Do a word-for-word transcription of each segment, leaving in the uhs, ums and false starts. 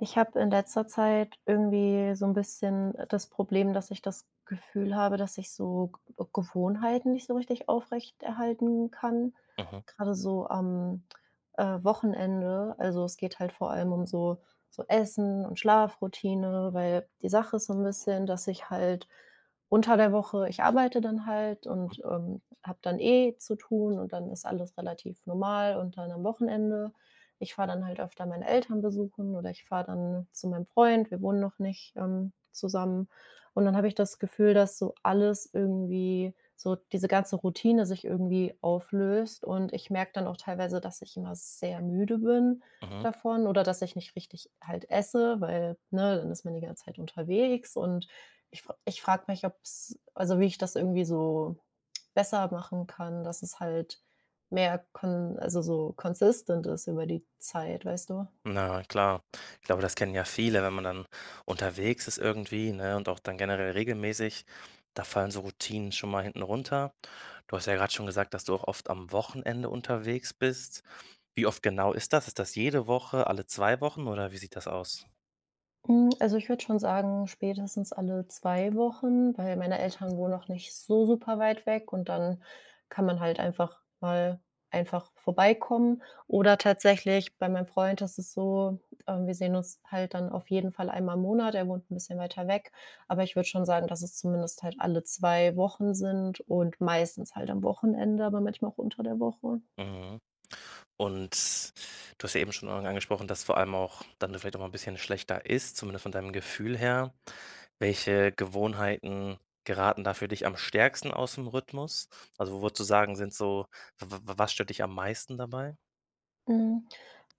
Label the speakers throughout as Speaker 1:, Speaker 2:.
Speaker 1: Ich habe in letzter Zeit irgendwie so ein bisschen das Problem, dass ich das Gefühl habe, dass ich so G Gewohnheiten nicht so richtig aufrechterhalten kann,
Speaker 2: Mhm,
Speaker 1: gerade so am, äh, Wochenende. Also, es geht halt vor allem um so so Essen und Schlafroutine, weil die Sache ist so ein bisschen, dass ich halt unter der Woche ich arbeite dann halt und, ähm, habe dann eh zu tun und dann ist alles relativ normal und dann am Wochenende ich fahre dann halt öfter meine Eltern besuchen oder ich fahre dann zu meinem Freund. Wir wohnen noch nicht, ähm, zusammen. Und dann habe ich das Gefühl, dass so alles irgendwie so diese ganze Routine sich irgendwie auflöst und ich merke dann auch teilweise, dass ich immer sehr müde bin
Speaker 2: mhm.
Speaker 1: davon oder dass ich nicht richtig halt esse, weil, ne, dann ist man die ganze Zeit unterwegs und ich fra ich frage mich, ob es also, wie ich das irgendwie so besser machen kann, dass es halt mehr kon also, so consistent ist über die Zeit, weißt du?
Speaker 2: Na klar. Ich glaube, das kennen ja viele, wenn man dann unterwegs ist irgendwie, ne, und auch dann generell regelmäßig, da fallen so Routinen schon mal hinten runter. Du hast ja gerade schon gesagt, dass du auch oft am Wochenende unterwegs bist. Wie oft genau ist das? Ist das jede Woche, alle zwei Wochen oder wie sieht das aus?
Speaker 1: Hm, also, ich würde schon sagen, spätestens alle zwei Wochen, weil meine Eltern wohnen noch nicht so super weit weg und dann kann man halt einfach mal einfach vorbeikommen. Oder tatsächlich bei meinem Freund ist es so, ähm, wir sehen uns halt dann auf jeden Fall einmal im Monat. Er wohnt ein bisschen weiter weg, aber ich würde schon sagen, dass es zumindest halt alle zwei Wochen sind und meistens halt am Wochenende, aber manchmal auch unter der Woche.
Speaker 2: Mhm. Und du hast ja eben schon angesprochen, dass vor allem auch dann du vielleicht auch mal ein bisschen schlechter isst, zumindest von deinem Gefühl her. Welche Gewohnheiten geraten da für dich am stärksten aus dem Rhythmus? Also, wo würdest du sagen, sind so w w was stört dich am meisten dabei?
Speaker 1: Mhm.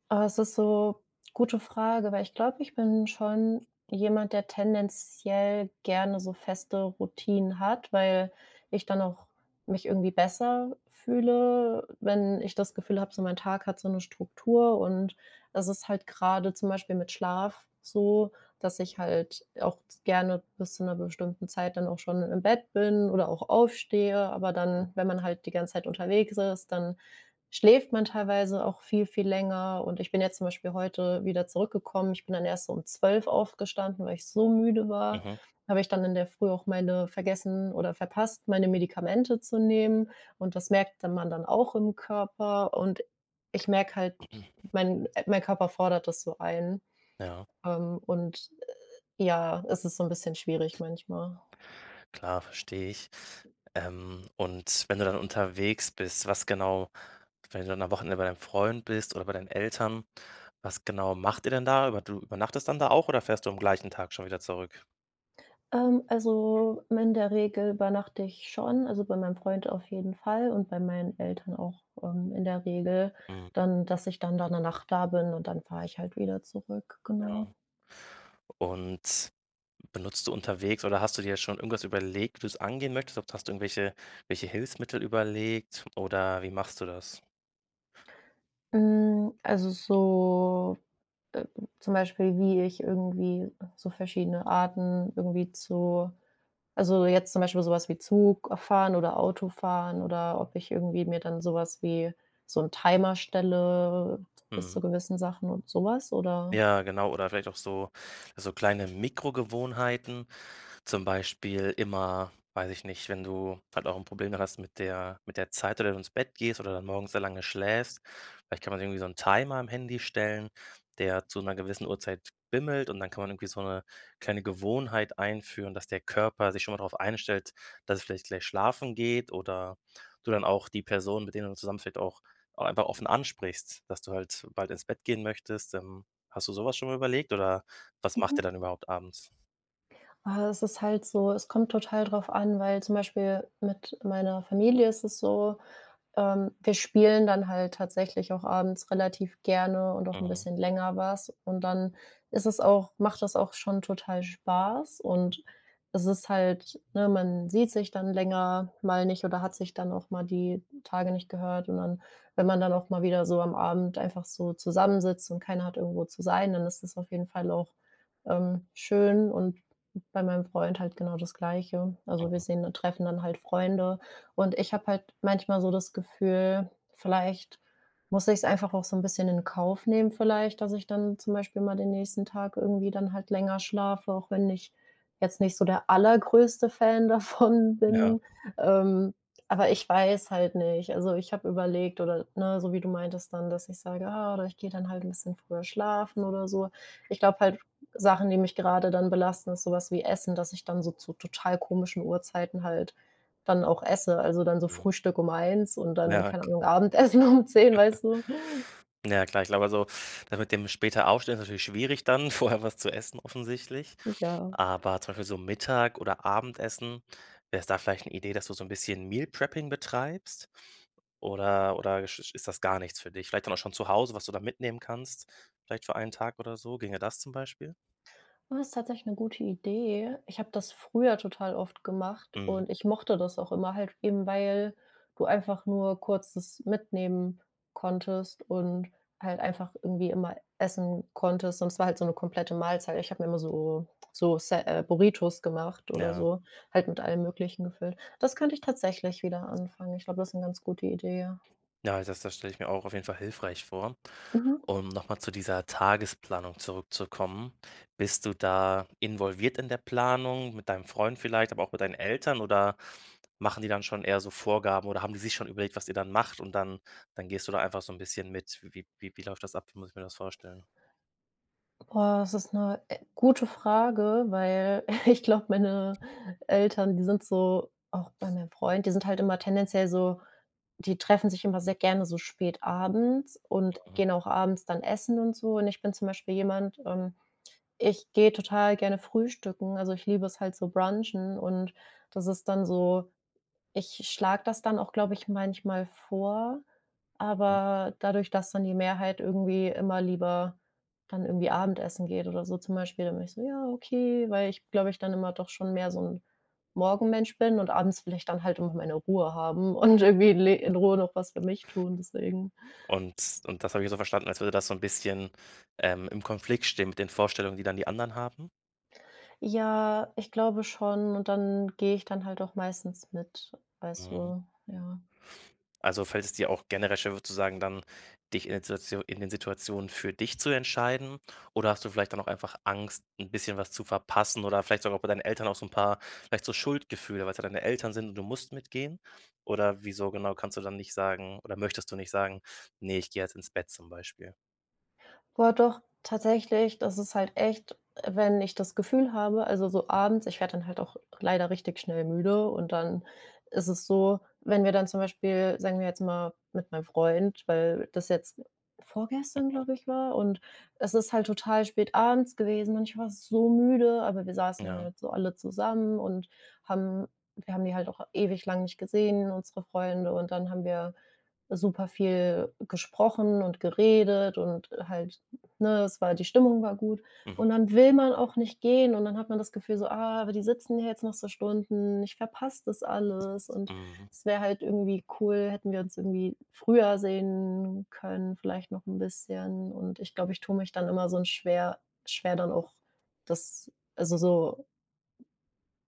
Speaker 1: Oh, es ist so gute Frage, weil ich glaube, ich bin schon jemand, der tendenziell gerne so feste Routinen hat, weil ich dann auch mich irgendwie besser fühle, wenn ich das Gefühl habe, so mein Tag hat so eine Struktur und das ist halt gerade zum Beispiel mit Schlaf so, dass ich halt auch gerne bis zu einer bestimmten Zeit dann auch schon im Bett bin oder auch aufstehe, aber dann, wenn man halt die ganze Zeit unterwegs ist, dann schläft man teilweise auch viel, viel länger. Und ich bin jetzt zum Beispiel heute wieder zurückgekommen. Ich bin dann erst so um zwölf aufgestanden, weil ich so müde war.
Speaker 2: Mhm.
Speaker 1: Habe ich dann in der Früh auch meine vergessen oder verpasst, meine Medikamente zu nehmen. Und das merkt dann man dann auch im Körper. Und ich merke halt, mein, mein Körper fordert das so ein.
Speaker 2: Ja,
Speaker 1: Ähm, und äh, ja, es ist so ein bisschen schwierig manchmal.
Speaker 2: klar, verstehe ich. Ähm, und wenn du dann unterwegs bist, was genau wenn du dann am Wochenende bei deinem Freund bist oder bei deinen Eltern, was genau macht ihr denn da? Über du übernachtest dann da auch oder fährst du am gleichen Tag schon wieder zurück?
Speaker 1: Ähm, also, in der Regel übernachte ich schon, also, bei meinem Freund auf jeden Fall und bei meinen Eltern auch, ähm, in der Regel
Speaker 2: Mhm,
Speaker 1: dann, dass ich dann da eine Nacht da bin und dann fahre ich halt wieder zurück, genau.
Speaker 2: ja. Und benutzt du unterwegs oder hast du dir schon irgendwas überlegt, wie du es angehen möchtest? Ob hast du irgendwelche welche Hilfsmittel überlegt oder wie machst du das?
Speaker 1: Hm, also, so, äh, zum Beispiel, wie ich irgendwie so verschiedene Arten irgendwie zu also, jetzt zum Beispiel sowas wie Zug fahren oder Autofahren oder ob ich irgendwie mir dann sowas wie so einen Timer stelle bis
Speaker 2: Mhm.
Speaker 1: zu gewissen Sachen und sowas oder
Speaker 2: Ja, genau. Oder vielleicht auch so so kleine Mikrogewohnheiten, zum Beispiel immer weiß ich nicht, wenn du halt auch ein Problem dann hast mit der mit der Zeit, oder du ins Bett gehst oder dann morgens sehr lange schläfst. Vielleicht kann man irgendwie so einen Timer am Handy stellen, der zu einer gewissen Uhrzeit bimmelt und dann kann man irgendwie so eine kleine Gewohnheit einführen, dass der Körper sich schon mal darauf einstellt, dass es vielleicht gleich schlafen geht oder du dann auch die Person, mit denen du zusammen vielleicht auch auch einfach offen ansprichst, dass du halt bald ins Bett gehen möchtest. Ähm, hast du sowas schon mal überlegt oder was macht
Speaker 1: Mhm.
Speaker 2: ihr dann überhaupt abends?
Speaker 1: Ah, es ist halt so es kommt total drauf an, weil zum Beispiel mit meiner Familie ist es so, ähm, wir spielen dann halt tatsächlich auch abends relativ gerne und auch ein
Speaker 2: Mhm,
Speaker 1: bisschen länger was und dann ist es auch macht das auch schon total Spaß und es ist halt ne, man sieht sich dann länger mal nicht oder hat sich dann auch mal die Tage nicht gehört und dann wenn man dann auch mal wieder so am Abend einfach so zusammensitzt und keiner hat irgendwo zu sein, dann ist das auf jeden Fall auch, ähm, schön und bei meinem Freund halt genau das Gleiche. Also, wir
Speaker 2: mhm.
Speaker 1: sehen und treffen dann halt Freunde und ich habe halt manchmal so das Gefühl, vielleicht muss ich es einfach auch so ein bisschen in Kauf nehmen vielleicht, dass ich dann zum Beispiel mal den nächsten Tag irgendwie dann halt länger schlafe, auch wenn ich jetzt nicht so der allergrößte Fan davon
Speaker 2: Ja.
Speaker 1: bin. Ähm, aber ich weiß halt nicht. Also, ich habe überlegt oder, ne, so wie du meintest dann, dass ich sage: „Ah, oder ich gehe dann halt ein bisschen früher schlafen“ oder so. Ich glaube halt, Sachen, die mich gerade dann belasten, ist sowas wie Essen, dass ich dann so zu total komischen Uhrzeiten halt dann auch esse. Also, dann so
Speaker 2: Ähm.
Speaker 1: Frühstück um eins und dann,
Speaker 2: Ja,
Speaker 1: keine Ahnung, Abendessen um zehn, weißt du?
Speaker 2: ja, klar. Ich glaube, also, das mit dem später Aufstehen ist natürlich schwierig dann, vorher was zu essen offensichtlich.
Speaker 1: Ja.
Speaker 2: Aber zum Beispiel so Mittag oder Abendessen, wäre es da vielleicht eine Idee, dass du so ein bisschen Meal Prepping betreibst? Oder oder ist ist ist das gar nichts für dich? Vielleicht dann auch schon zu Hause, was du da mitnehmen kannst, vielleicht für einen Tag oder so. Ginge das zum Beispiel?
Speaker 1: Oh, ist tatsächlich eine gute Idee. Ich habe das früher total oft gemacht
Speaker 2: Mhm.
Speaker 1: und ich mochte das auch immer halt eben, weil du einfach nur kurz das mitnehmen konntest und halt einfach irgendwie immer essen konntest und es war halt so eine komplette Mahlzeit. Ich habe mir immer so so Sa äh, Burritos gemacht oder
Speaker 2: Ja.
Speaker 1: so, halt mit allem Möglichen gefüllt. Das könnte ich tatsächlich wieder anfangen. Ich glaube, das ist eine ganz gute Idee, ja.
Speaker 2: Ja, das das stelle ich mir auch auf jeden Fall hilfreich vor.
Speaker 1: Mhm.
Speaker 2: Um nochmal zu dieser Tagesplanung zurückzukommen. Bist du da involviert in der Planung mit deinem Freund vielleicht, aber auch mit deinen Eltern oder machen die dann schon eher so Vorgaben oder haben die sich schon überlegt, was ihr dann macht und dann dann gehst du da einfach so ein bisschen mit? Wie wie wie läuft das ab? Wie muss ich mir das vorstellen?
Speaker 1: Boah, das ist eine äh, gute Frage, weil ich glaube, meine Eltern, die sind so auch bei meinem Freund, die sind halt immer tendenziell so die treffen sich immer sehr gerne so spät abends und
Speaker 2: Mhm,
Speaker 1: gehen auch abends dann essen und so. Und ich bin zum Beispiel jemand, ähm, ich gehe total gerne frühstücken. Also, ich liebe es halt so brunchen und das ist dann so ich schlage das dann auch, glaube ich, manchmal vor,
Speaker 2: mhm.
Speaker 1: aber dadurch, dass dann die Mehrheit irgendwie immer lieber dann irgendwie Abendessen geht oder so zum Beispiel, dann bin ich so: „Ja, okay“, weil ich, glaube ich, dann immer doch schon mehr so ein Morgenmensch bin und abends will ich dann halt immer meine Ruhe haben und irgendwie le in Ruhe noch was für mich tun, deswegen.
Speaker 2: Und und das habe ich so verstanden, als würde das so ein bisschen, ähm, im Konflikt stehen mit den Vorstellungen, die dann die anderen haben?
Speaker 1: Ja, ich glaube schon und dann gehe ich dann halt auch meistens mit, weißt
Speaker 2: Mhm.
Speaker 1: du, ja.
Speaker 2: Also, fällt es dir auch generell schwer, sozusagen dann dich in den Situatio in den Situationen für dich zu entscheiden? Oder hast du vielleicht dann auch einfach Angst, ein bisschen was zu verpassen oder vielleicht sogar bei deinen Eltern auch so ein paar vielleicht so Schuldgefühle, weil's ja deine Eltern sind und du musst mitgehen? Oder wieso genau kannst du dann nicht sagen oder möchtest du nicht sagen: „Ne, ich gehe jetzt ins Bett“, zum Beispiel?
Speaker 1: Boah, doch, tatsächlich, das ist halt echt, wenn ich das Gefühl habe also, so abends ich werde dann halt auch leider richtig schnell müde und dann ist es so, wenn wir dann zum Beispiel, sagen wir jetzt mal, mit meinem Freund, weil das jetzt vorgestern,
Speaker 2: Mhm.
Speaker 1: glaube ich, war und es ist halt total spät abends gewesen und ich war so müde, aber wir saßen
Speaker 2: Ja.
Speaker 1: halt so alle zusammen und haben wir haben die halt auch ewig lang nicht gesehen, unsere Freunde, und dann haben wir super viel gesprochen und geredet und halt ne, es war die Stimmung war gut.
Speaker 2: Mhm.
Speaker 1: Und dann will man auch nicht gehen und dann hat man das Gefühl so: „Ah, aber die sitzen hier jetzt noch so Stunden, ich verpasse das alles und
Speaker 2: Mhm.
Speaker 1: es wäre halt irgendwie cool, hätten wir uns irgendwie früher sehen können, vielleicht noch ein bisschen.“ Und ich glaube, ich tue mich dann immer so 'n schwer schwer dann auch das also so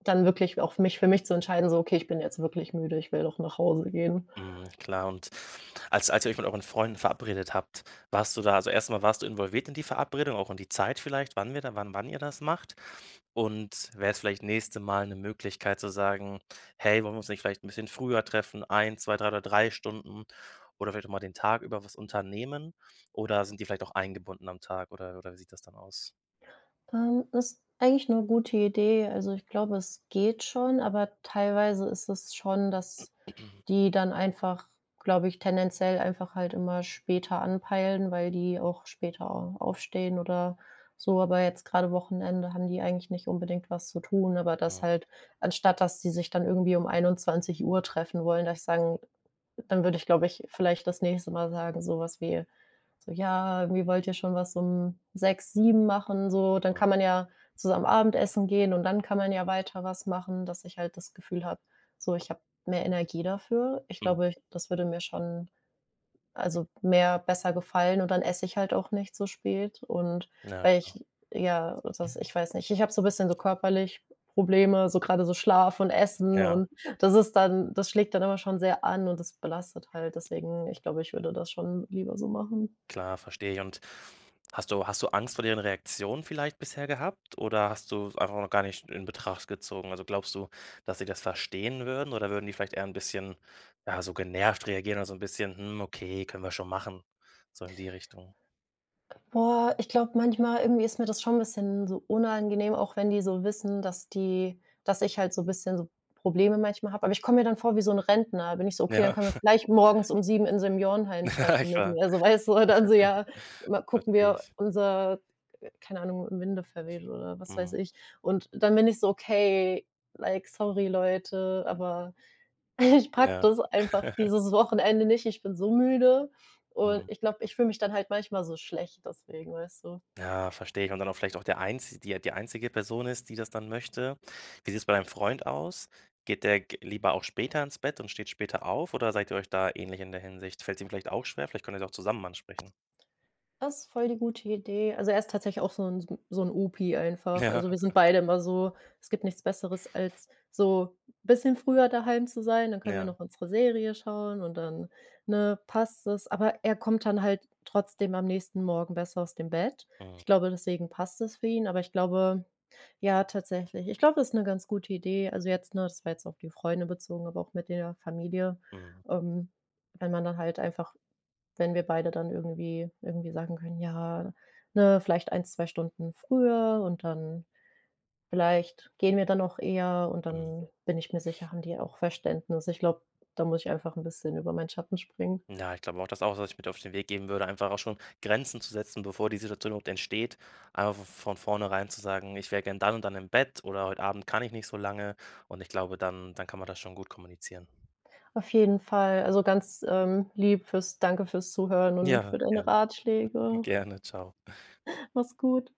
Speaker 1: dann wirklich auch mich für mich zu entscheiden, so: „Okay, ich bin jetzt wirklich müde, ich will doch nach Hause gehen.“
Speaker 2: Mhm, klar und als als ihr euch mit euren Freunden verabredet habt, warst du da also, erstmal warst du involviert in die Verabredung, auch in die Zeit vielleicht, wann wir da wann wann ihr das macht? Und wäre es vielleicht nächste Mal eine Möglichkeit zu sagen: „Hey, wollen wir uns nicht vielleicht ein bisschen früher treffen, ein, zwei, drei oder drei Stunden oder vielleicht auch mal den Tag über was unternehmen?“ Oder sind die vielleicht auch eingebunden am Tag oder oder wie sieht das dann aus?
Speaker 1: Ähm, ist eigentlich 'ne gute Idee. Also, ich glaube, es geht schon, aber teilweise ist es schon, dass die dann einfach, glaube ich, tendenziell einfach halt immer später anpeilen, weil die auch später au aufstehen oder so. Aber jetzt grade Wochenende haben die eigentlich nicht unbedingt was zu tun, aber dass halt anstatt dass sie sich dann irgendwie um einundzwanzig Uhr treffen wollen, dass ich sagen dann würde ich, glaube ich, vielleicht das nächste Mal sagen, so was wie so: „Ja, irgendwie wollt ihr schon was um sechs sieben machen“, so. Dann
Speaker 2: Mhm,
Speaker 1: kann man ja zusammen Abendessen gehen und dann kann man ja weiter was machen, dass ich halt das Gefühl habe, so, ich habe mehr Energie dafür. Ich glaube,
Speaker 2: mhm.
Speaker 1: ich das würde mir schon also, mehr besser gefallen und dann esse ich halt auch nicht so spät und
Speaker 2: Ja,
Speaker 1: weil
Speaker 2: klar.
Speaker 1: ich ja, das ich weiß nicht, ich habe so ein bisschen so körperlich Probleme, so gerade so Schlaf und Essen
Speaker 2: Ja.
Speaker 1: und das ist dann das schlägt dann immer schon sehr an und das belastet halt. Deswegen, ich glaube, ich würde das schon lieber so machen.
Speaker 2: Klar, verstehe ich. Und hast du hast du Angst vor deren Reaktion vielleicht bisher gehabt oder hast du es einfach noch gar nicht in Betracht gezogen? Also, glaubst du, dass sie das verstehen würden oder würden die vielleicht eher ein bisschen, ja, so genervt reagieren oder so ein bisschen: „Hm, okay, können wir schon machen“, so in die Richtung?
Speaker 1: Boah, ich glaube, manchmal irgendwie ist mir das schon ein bisschen so unangenehm, auch wenn die so wissen, dass die dass ich halt so bisschen so Probleme manchmal habe. Aber ich komme mir dann vor wie so 'n Rentner. Da bin ich so: „Okay, dann
Speaker 2: Ja,
Speaker 1: können wir uns gleich morgens um sieben in Seniorenheim treffen mit
Speaker 2: klar,
Speaker 1: mir.“ So, weißt du? Und dann so: „Ja, mal gucken
Speaker 2: verstehe
Speaker 1: wir
Speaker 2: ich.
Speaker 1: unser keine Ahnung, Winde verweht“ oder was weiß
Speaker 2: Mhm,
Speaker 1: ich. Und dann bin ich so: „Okay, like, sorry Leute, aber“ Ich pack
Speaker 2: ja.
Speaker 1: das einfach dieses Wochenende nicht. Ich bin so müde und ich glaube, ich fühle mich dann halt manchmal so schlecht deswegen, weißt du?
Speaker 2: Ja, verstehe ich. Und dann auch vielleicht auch der einzi die die einzige Person ist, die das dann möchte. Wie sieht's bei deinem Freund aus? Geht der g lieber auch später ins Bett und steht später auf oder seid ihr euch da ähnlich in der Hinsicht? Fällt es ihm vielleicht auch schwer? Vielleicht könnt ihr's auch zusammen ansprechen.
Speaker 1: Das ist voll die gute Idee. Also, er ist tatsächlich auch so 'n so 'n so Opi einfach.
Speaker 2: Ja,
Speaker 1: Also, wir sind beide immer so es gibt nichts Besseres, als so bisschen früher daheim zu sein, dann können wir
Speaker 2: ja.
Speaker 1: noch unsere Serie schauen und dann, ne, passt es. Aber er kommt dann halt trotzdem am nächsten Morgen besser aus dem Bett.
Speaker 2: Mhm,
Speaker 1: Ich glaube, deswegen passt es für ihn, aber ich glaube ja, tatsächlich. Ich glaube, das ist 'ne ganz gute Idee. Also, jetzt, ne das war jetzt auf die Freunde bezogen, aber auch mit der Familie,
Speaker 2: mhm,
Speaker 1: ähm, wenn man dann halt einfach wenn wir beide dann irgendwie irgendwie sagen können: „Ja, ne, vielleicht eins zwei Stunden früher und dann vielleicht gehen wir dann auch eher“ und
Speaker 2: mhm.
Speaker 1: dann bin ich mir sicher, haben die auch Verständnis. Ich glaube, da muss ich einfach ein bisschen über meinen Schatten springen.
Speaker 2: Ja, ich glaube auch, das auch was ich mit auf den Weg geben würde, einfach auch schon Grenzen zu setzen, bevor die Situation überhaupt entsteht. Einfach v von vornherein zu sagen: „Ich wäre gern dann und dann im Bett“ oder „Heute Abend kann ich nicht so lange“ und ich glaube, dann dann kann man das schon gut kommunizieren.
Speaker 1: Auf jeden Fall. Also, ganz, ähm, lieb fürs Danke fürs Zuhören und
Speaker 2: Ja,
Speaker 1: für deine
Speaker 2: gerne,
Speaker 1: Ratschläge.
Speaker 2: gerne. Tschau.
Speaker 1: Mach's gut.